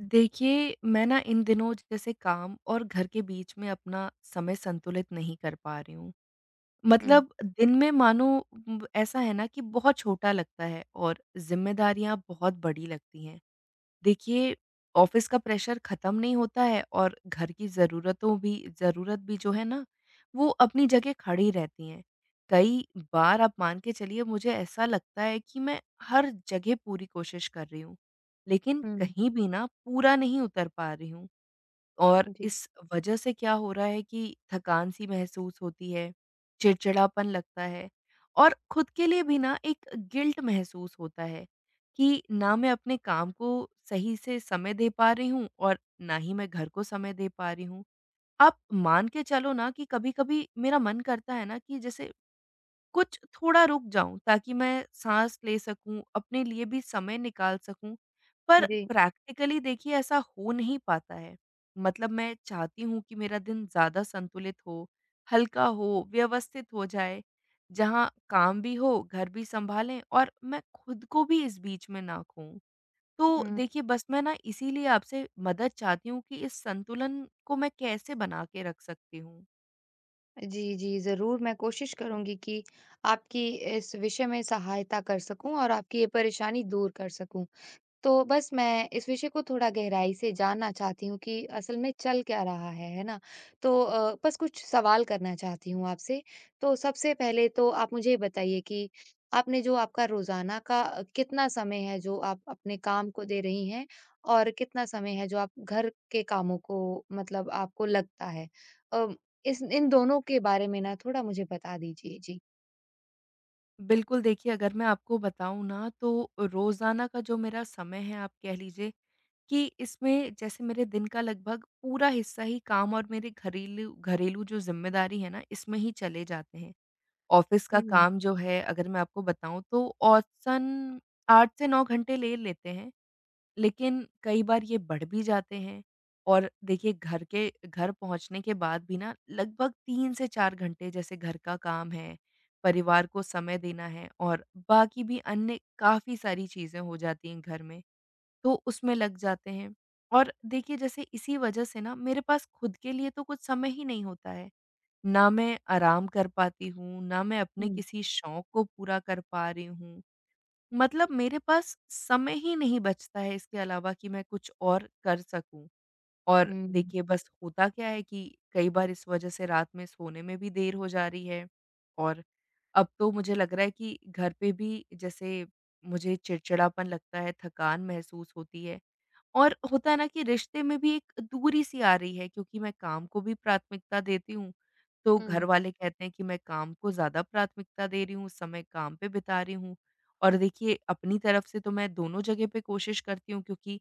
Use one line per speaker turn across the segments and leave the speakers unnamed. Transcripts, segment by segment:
देखिए, मैं ना इन दिनों जैसे काम और घर के बीच में अपना समय संतुलित नहीं कर पा रही हूँ।
हुँ,
मतलब दिन में मानो ऐसा है ना कि बहुत छोटा लगता है और ज़िम्मेदारियाँ बहुत बड़ी लगती हैं। देखिए, ऑफ़िस का प्रेशर ख़त्म नहीं होता है और घर की ज़रूरतों भी ज़रूरत भी जो है ना, वो अपनी जगह खड़ी रहती हैं। कई बार आप मान के चलिए मुझे ऐसा लगता है कि मैं हर जगह पूरी कोशिश कर रही हूँ, लेकिन
हुँ।
कहीं भी ना पूरा नहीं उतर पा रही हूँ। और
जी,
इस वजह से क्या हो रहा है कि थकान-सी महसूस होती है, चिड़चिड़ापन लगता है और खुद के लिए भी ना एक गिल्ट महसूस होता है कि ना मैं अपने काम को सही से समय दे पा रही हूँ और ना ही मैं घर को समय दे पा रही हूँ। आप मान के चलो ना कि कभी-कभी मेरा मन करता है ना कि जैसे कुछ थोड़ा रुक जाऊँ ताकि मैं साँस ले सकूँ, अपने लिए भी समय निकाल सकूँ। पर
जी।
प्रैक्टिकली देखिए ऐसा हो नहीं पाता है। मतलब मैं चाहती हूँ कि मेरा दिन ज़्यादा संतुलित हो, हल्का हो, व्यवस्थित हो जाए, जहाँ काम भी हो, घर भी सँभालें और मैं खुद को भी इस बीच में ना खोऊँ। तो
उम,
देखिए बस मैं ना इसीलिए आपसे मदद चाहती हूँ कि इस संतुलन को मैं कैसे बना के रख सकती हूँ?
जी, जी, ज़रूर मैं कोशिश करूँगी कि आपकी इस विषय में सहायता कर सकूँ और आपकी ये परेशानी दूर कर सकूँ। तो बस मैं इस विषय को थोड़ा गहराई से जानना चाहती हूँ कि असल में चल क्या रहा है ना? तो बस कुछ सवाल करना चाहती हूँ आपसे। तो सबसे पहले तो आप मुझे ये बताइए कि आपने जो आपका रोज़ाना का कितना समय है जो आप अपने काम को दे रही हैं और कितना समय है जो आप घर के कामों को मतलब आपको लगता है? अ, इस इन दोनों के बारे में ना थोड़ा मुझे बता दीजिए। जी।
बिल्कुल, देखिए अगर मैं आपको बताऊँ ना तो रोज़ाना का जो मेरा समय है आप कह लीजिए कि इसमें जैसे मेरे दिन का लगभग पूरा हिस्सा ही काम और मेरे घरेलू घरेलू जो ज़िम्मेदारी है ना इसमें ही चले जाते हैं। ऑफ़िस का
हुँ,
काम जो है अगर मैं आपको बताऊँ तो औसतन 8 से 9 घंटे ले लेते हैं। लेकिन कई बार ये बढ़ भी जाते हैं और देखिए घर पहुँचने के बाद भी ना लगभग 3 से 4 घंटे जैसे घर का काम है, परिवार को समय देना है और बाकी भी अन्य काफ़ी सारी चीज़ें हो जाती हैं घर में, तो उसमें लग जाते हैं। और देखिए जैसे इसी वजह से ना मेरे पास खुद के लिए तो कुछ समय ही नहीं होता है। ना मैं आराम कर पाती हूँ, ना मैं अपने
हुँ,
किसी शौक को पूरा कर पा रही हूँ। मतलब मेरे पास समय ही नहीं बचता है इसके अलावा कि मैं कुछ और कर सकूँ। और
हुँ,
देखिए बस होता क्या है कि कई बार इस वज़ह से रात में सोने में भी देर हो जा रही है। और अब तो मुझे लग रहा है कि घर पे भी जैसे मुझे चिड़चिड़ापन लगता है, थकान महसूस होती है। और होता है ना कि रिश्ते में भी एक दूरी सी आ रही है क्योंकि मैं काम को भी प्राथमिकता देती हूँ, तो
हुँ।
घर वाले कहते हैं कि मैं काम को ज़्यादा प्राथमिकता दे रही हूँ, समय काम पे बिता रही हूँ। और देखिए अपनी तरफ से तो मैं दोनों जगह पे कोशिश करती हूँ क्योंकि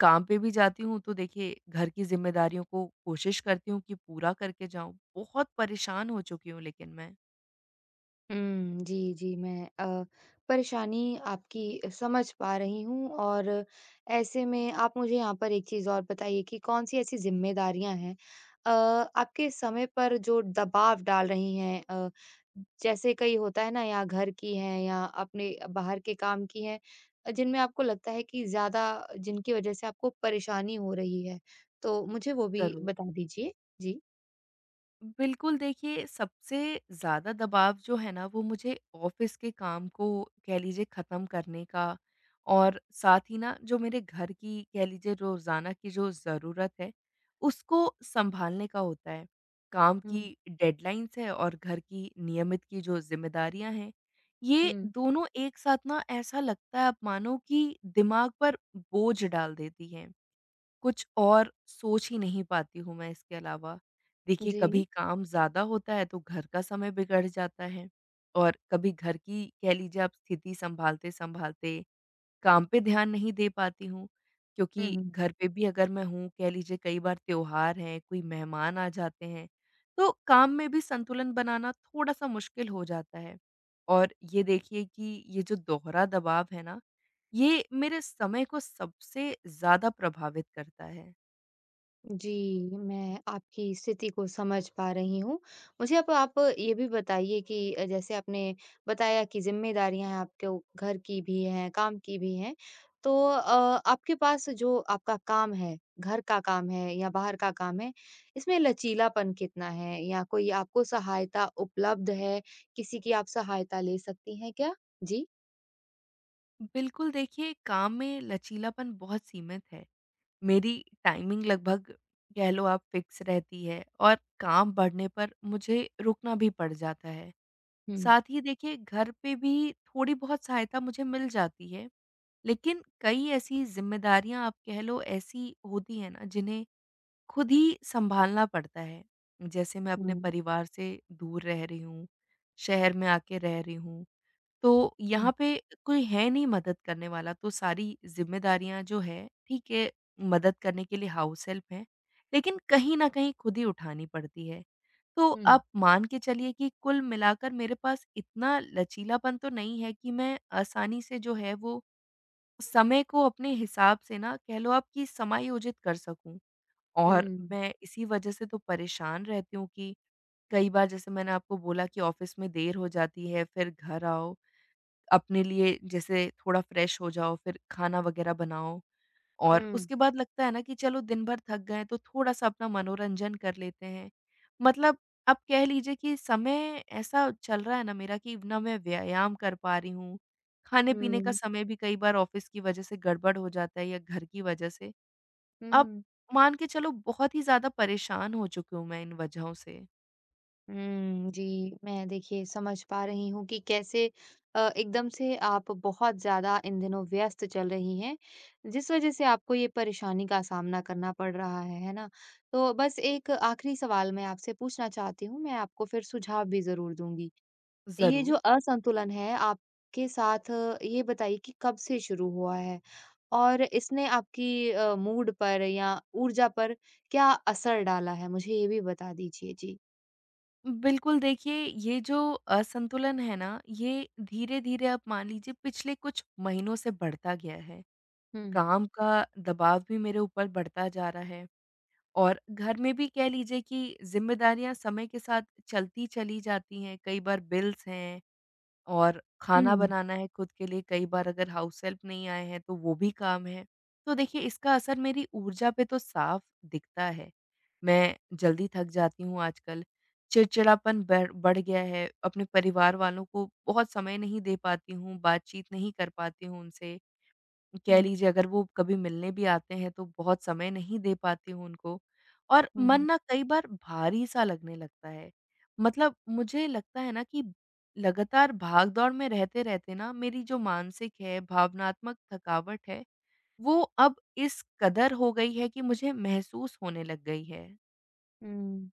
काम पे भी जाती हूँ तो देखिए घर की ज़िम्मेदारियों को कोशिश करती हूँ कि पूरा करके जाऊँ। बहुत परेशान हो चुकी हूँ लेकिन मैं।
हुँ, जी, जी, मैं परेशानी आपकी समझ पा रही हूँ और ऐसे में आप मुझे यहाँ पर एक चीज़ और बताइए कि कौन-सी ऐसी ज़िम्मेदारियाँ हैं आपके समय पर जो दबाव डाल रही हैं, जैसे कई होता है ना या घर की हैं या अपने बाहर के काम की हैं, जिनमें आपको लगता है कि ज़्यादा जिनकी वज़ह से आपको परेशानी हो रही है, तो मुझे वो भी
ज़रूर।
बता दीजिए? जी।
बिल्कुल, देखिए सबसे ज़्यादा दबाव जो है ना वो मुझे ऑफ़िस के काम को कह लीजिए ख़त्म करने का और साथ ही ना जो मेरे घर की कह लीजिए रोज़ाना की जो ज़रूरत है, उसको सँभालने का होता है। काम की
हुँ,
डेडलाइन्स है और घर की नियमित की जो ज़िम्मेदारियाँ हैं, ये
हुँ।
दोनों एक साथ ना ऐसा लगता है आप मानो कि दिमाग पर बोझ डाल देती हैं। कुछ और सोच ही नहीं पाती हूँ मैं इसके अलावा। देखिए
जी।
कभी काम ज़्यादा होता है तो घर का समय बिगड़ जाता है और कभी घर की कह लीजिए आप स्थिति संभालते-संभालते काम पे ध्यान नहीं दे पाती हूँ,
हुँ,
क्योंकि
हुँ।
घर पे भी अगर मैं हूँ, कह लीजिए कई बार त्योहार हैं, कोई मेहमान आ जाते हैं, तो काम में भी संतुलन बनाना थोड़ा-सा मुश्किल हो जाता है। और ये देखिए कि ये जो दोहरा दबाव है ना, ये मेरे समय को सबसे ज़्यादा प्रभावित करता है।
जी, मैं आपकी स्थिति को समझ पा रही हूँ। मुझे अब आप ये भी बताइए कि जैसे आपने बताया कि ज़िम्मेदारियाँ हैं आपके उ घर की भी हैं, काम की भी हैं। तो आपके पास जो आपका काम है, घर का काम है या बाहर का काम है, इसमें लचीलापन कितना है? या कोई आपको सहायता उपलब्ध है? किसी की आप सहायता ले सकती हैं क्या? जी।
बिल्कुल देखिए, काम में लचीलापन बहुत सीमित है। मेरी टाइमिंग लगभग कह लो आप फिक्स रहती है और काम बढ़ने पर मुझे रुकना भी पड़ जाता है।
हुँ,
साथ ही देखिए घर पे भी थोड़ी बहुत सहायता मुझे मिल जाती है, लेकिन कई ऐसी ज़िम्मेदारियाँ आप कह लो ऐसी होती हैं ना जिन्हें खुद ही सँभालना पड़ता है। जैसे मैं
हुँ,
अपने परिवार से दूर रह रही हूँ, शहर में आके रह रही हूँ। तो
हुँ,
यहाँ पे कोई है नहीं मदद करने वाला, तो सारी ज़िम्मेदारियाँ जो है, ठीक है, मदद करने के लिए हाउस हेल्प है, लेकिन कहीं न कहीं खुद ही उठानी पड़ती है। तो
हुँ,
आप मान के चलिए कि कुल मिलाकर मेरे पास इतना लचीलापन तो नहीं है कि मैं आसानी से जो है वो समय को अपने हिसाब से ना कह लो आप कि समायोजित कर सकूँ। और
हुँ,
मैं इसी वजह से तो परेशान रहती हूँ कि कई बार जैसे मैंने आपको बोला कि ऑफ़िस में देर हो जाती है, फिर घर आओ अपने लिए जैसे थोड़ा फ्रेश हो जाओ, फिर खाना वगैरह बनाओ और
हुँ,
उसके बाद लगता है ना कि चलो दिन भर थक गए तो थोड़ा-सा अपना मनोरंजन कर लेते हैं। मतलब आप कह लीजिए कि समय ऐसा चल रहा है ना मेरा कि ना मैं व्यायाम कर पा रही हूँ, खाने-पीने का
हुँ,
समय भी कई बार ऑफ़िस की वजह से गड़बड़ हो जाता है या घर की वजह से। आप
हुँ।
मान के चलो बहुत ही ज़्यादा परेशान हो चुकी हूँ मैं इन वजहों से।
हुँ, जी। मैं देखिए समझ पा रही हूँ कि कैसे एकदम से आप बहुत ज़्यादा इन दिनों व्यस्त चल रही हैं, जिस वज़ह से आपको ये परेशानी का सामना करना पड़ रहा है ना? तो बस एक आखिरी सवाल मैं आपसे पूछना चाहती हूँ, मैं आपको फिर सुझाव भी ज़रूर दूँगी। ये जो
ज़रूर।
असंतुलन है आपके साथ, ये बताइए कि कब से शुरू हुआ है? और इसने आपकी, मूड पर या ऊर्जा पर क्या असर डाला है? मुझे ये भी बता दीजिए। जी।
बिल्कुल, देखिए ये जो असंतुलन है ना, ये धीरे-धीरे आप मान लीजिए पिछले कुछ महीनों से बढ़ता गया है। काम का दबाव भी मेरे ऊपर बढ़ता जा रहा है और घर में भी कह लीजिए कि ज़िम्मेदारियाँ समय के साथ चलती चली जाती हैं। कई बार बिल्स हैं, और खाना
हुँ।
बनाना है खुद के लिए, कई बार अगर हाउस हेल्प नहीं आए हैं तो वो भी काम है। तो देखिए इसका असर मेरी ऊर्जा पे तो साफ दिखता है। मैं जल्दी थक जाती हूँ आजकल, चिड़चिड़ापन बढ़ बढ़ गया है, अपने परिवार वालों को बहुत समय नहीं दे पाती हूँ, बातचीत नहीं कर पाती हूँ उनसे। कह
हुँ,
लीजिए अगर वो कभी मिलने भी आते हैं तो बहुत समय नहीं दे पाती हूँ उनको और
हुँ,
मन
हुँ।
ना कई बार भारी-सा लगने लगता है। मतलब मुझे लगता है ना कि लगातार भाग-दौड़ में रहते-रहते ना मेरी जो मानसिक है, भावनात्मक थकावट है, वो अब इस कदर हो गई है कि मुझे महसूस होने लग गई है।
हुँ,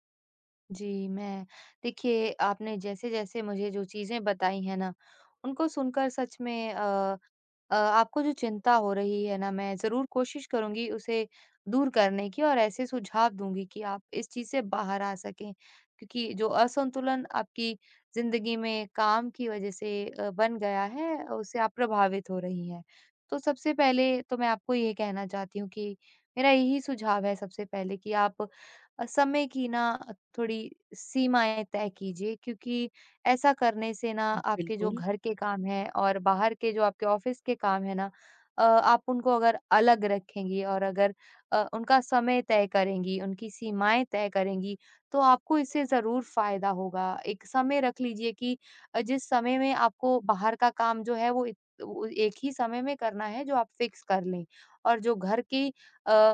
जी, मैं देखिए आपने जैसे-जैसे मुझे जो चीज़ें बताई हैं ना, उनको सुनकर सच में आपको जो चिंता हो रही है ना, मैं ज़रूर कोशिश करूँगी उसे दूर करने की और ऐसे सुझाव दूँगी कि आप इस चीज़ से बाहर आ सकें। क्योंकि जो असंतुलन आपकी ज़िंदगी में काम की वज़ह से बन गया है, उससे आप प्रभावित हो रही हैं। तो सबसे पहले तो मैं आपको ये कहना चाहती हूँ कि मेरा यही सुझाव है सबसे पहले कि आप समय की ना थोड़ी सीमाएँ तय कीजिए क्योंकि ऐसा करने से ना आपके जो
बिल्कुल।
घर के काम हैं और बाहर के जो आपके ऑफ़िस के काम हैं ना, आप उनको अगर अलग रखेंगी और अगर उनका समय तय करेंगी, उनकी सीमाएँ तय करेंगी, तो आपको इससे ज़रूर फ़ायदा होगा। एक समय रख लीजिए कि जिस समय में आपको बाहर का काम जो है वो एक ही समय में करना है जो आप फ़िक्स कर लें और जो घर की, अ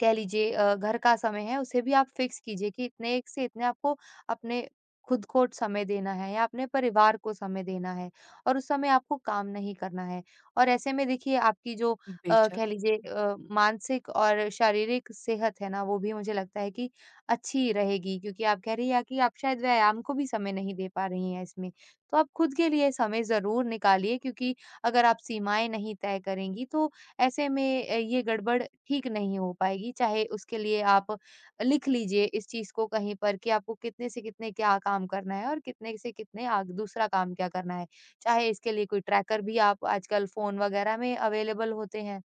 कह लीजिए, घर का समय है उसे भी आप फिक्स कीजिए कि इतने एक से इतने आपको अपने खुद को समय देना है या अपने परिवार को समय देना है और उस समय आपको काम नहीं करना है। और ऐसे में देखिए आपकी जो,
बेशक,
कह लीजिए, मानसिक और शारीरिक सेहत है ना, वो भी मुझे लगता है कि अच्छी रहेगी क्योंकि आप कह रही हैं कि आप शायद व्यायाम को भी समय नहीं दे पा रही हैं इसमें। तो आप खुद के लिए समय ज़रूर निकालिए क्योंकि अगर आप सीमाएँ नहीं तय करेंगी तो ऐसे में, ये गड़बड़ ठीक नहीं हो पाएगी, चाहे उसके लिए आप लिख लीजिए इस चीज़ को कहीं पर कि आपको कितने से कितने क्या काम करना है और कितने से कितने आग दूसरा काम क्या करना है। चाहे इसके लिए कोई ट्रैकर भी आप आजकल फ़ोन वगैरह में अवेलेबल होते हैं।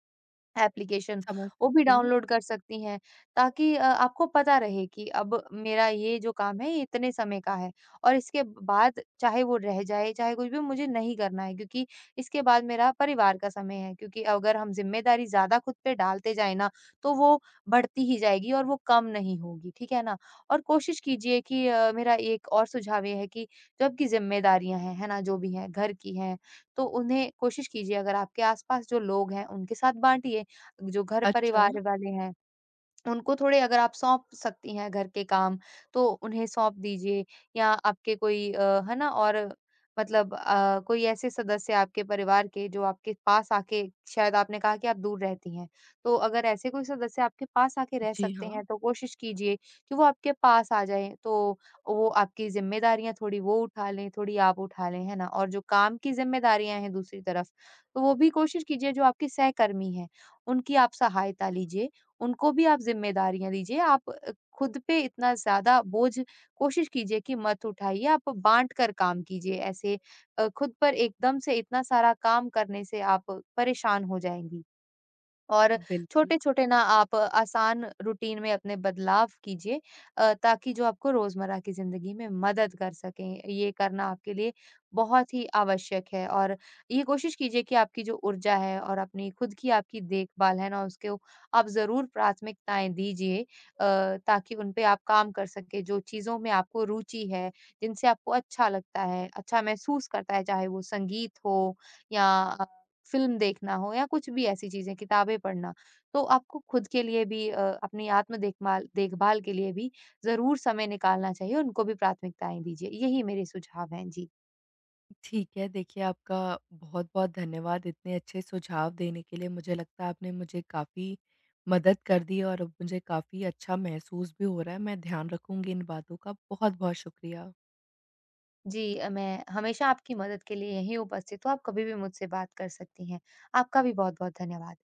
एप्लीकेशन,
समझ
वो भी
सकती हूँ।
डाउनलोड कर सकती हैं ताकि आपको पता रहे कि अब मेरा ये जो काम है ये इतने समय का है और इसके बाद चाहे वो रह जाए, चाहे कुछ भी मुझे नहीं करना है क्योंकि इसके बाद मेरा परिवार का समय है क्योंकि अगर हम ज़िम्मेदारी ज़्यादा खुद पे डालते जाएँ ना, तो वो बढ़ती ही जाएगी और वो कम नहीं होगी, ठीक है ना? और कोशिश कीजिए कि, मेरा एक और सुझाव ये है कि जो आपकी ज़िम्मेदारियाँ हैं, है ना? जो भी हैं, घर की हैं, तो उन्हें कोशिश कीजिए अगर आपके आस-पास जो लोग हैं, उनके साथ बाँटिए। जो घर
अच्छा,
परिवार वाले हैं, उनको थोड़े अगर आप सौंप सकती हैं घर के काम, तो उन्हें सौंप दीजिए या आपके कोई, है ना? और मतलब, कोई ऐसे सदस्य आपके परिवार के जो आपके पास आके शायद आपने कहा कि आप दूर रहती हैं, तो अगर ऐसे कोई सदस्य आपके पास आके रह
जी
सकते
हाँ,
हैं, तो कोशिश कीजिए कि वो आपके पास आ जाएँ, तो वो आपकी ज़िम्मेदारियाँ थोड़ी वो उठा लें, थोड़ी आप उठा लें, है ना? और जो काम की ज़िम्मेदारियाँ हैं दूसरी तरफ, तो वो भी कोशिश कीजिए जो आपके सहकर्मी हैं, उनकी आप सहायता लीजिए। उनको भी आप ज़िम्मेदारियाँ दीजिए। आप खुद पे इतना ज़्यादा बोझ कोशिश कीजिए कि मत उठाइए, आप बाँट कर काम कीजिए। ऐसे खुद पर एकदम से इतना सारा काम करने से आप परेशान हो जाएँगी। और
बिल्कुल।
छोटे-छोटे ना आप आसान रूटीन में अपने बदलाव कीजिए, ताकि जो आपको रोज़मर्रा की ज़िंदगी में मदद कर सकें। ये करना आपके लिए बहुत ही आवश्यक है और ये कोशिश कीजिए कि आपकी जो ऊर्जा है और अपनी खुद की आपकी देखभाल है ना, उसको आप ज़रूर प्राथमिकताएँ दीजिए, ताकि उन पे आप काम कर सकें। जो चीज़ों में आपको रुचि है, जिनसे आपको अच्छा लगता है, अच्छा महसूस करता है, चाहे वो संगीत हो या फ़िल्म देखना हो या कुछ भी ऐसी चीज़ें, किताबें पढ़ना। तो आपको खुद के लिए भी, अपनी आत्म देखभाल देखभाल के लिए भी ज़रूर समय निकालना चाहिए, उनको भी प्राथमिकताएँ दीजिए। यही मेरे सुझाव हैं। जी।
ठीक है, देखिए आपका बहुत-बहुत धन्यवाद इतने अच्छे सुझाव देने के लिए। मुझे लगता है आपने मुझे काफ़ी मदद कर दी है और अब मुझे काफ़ी अच्छा महसूस भी हो रहा है। मैं ध्यान रखूँगी इन बातों का। बहुत-बहुत शुक्रिया।
जी, मैं हमेशा आपकी मदद के लिए यहीं उपस्थित हूँ, आप कभी भी मुझसे बात कर सकती हैं। आपका भी बहुत-बहुत धन्यवाद।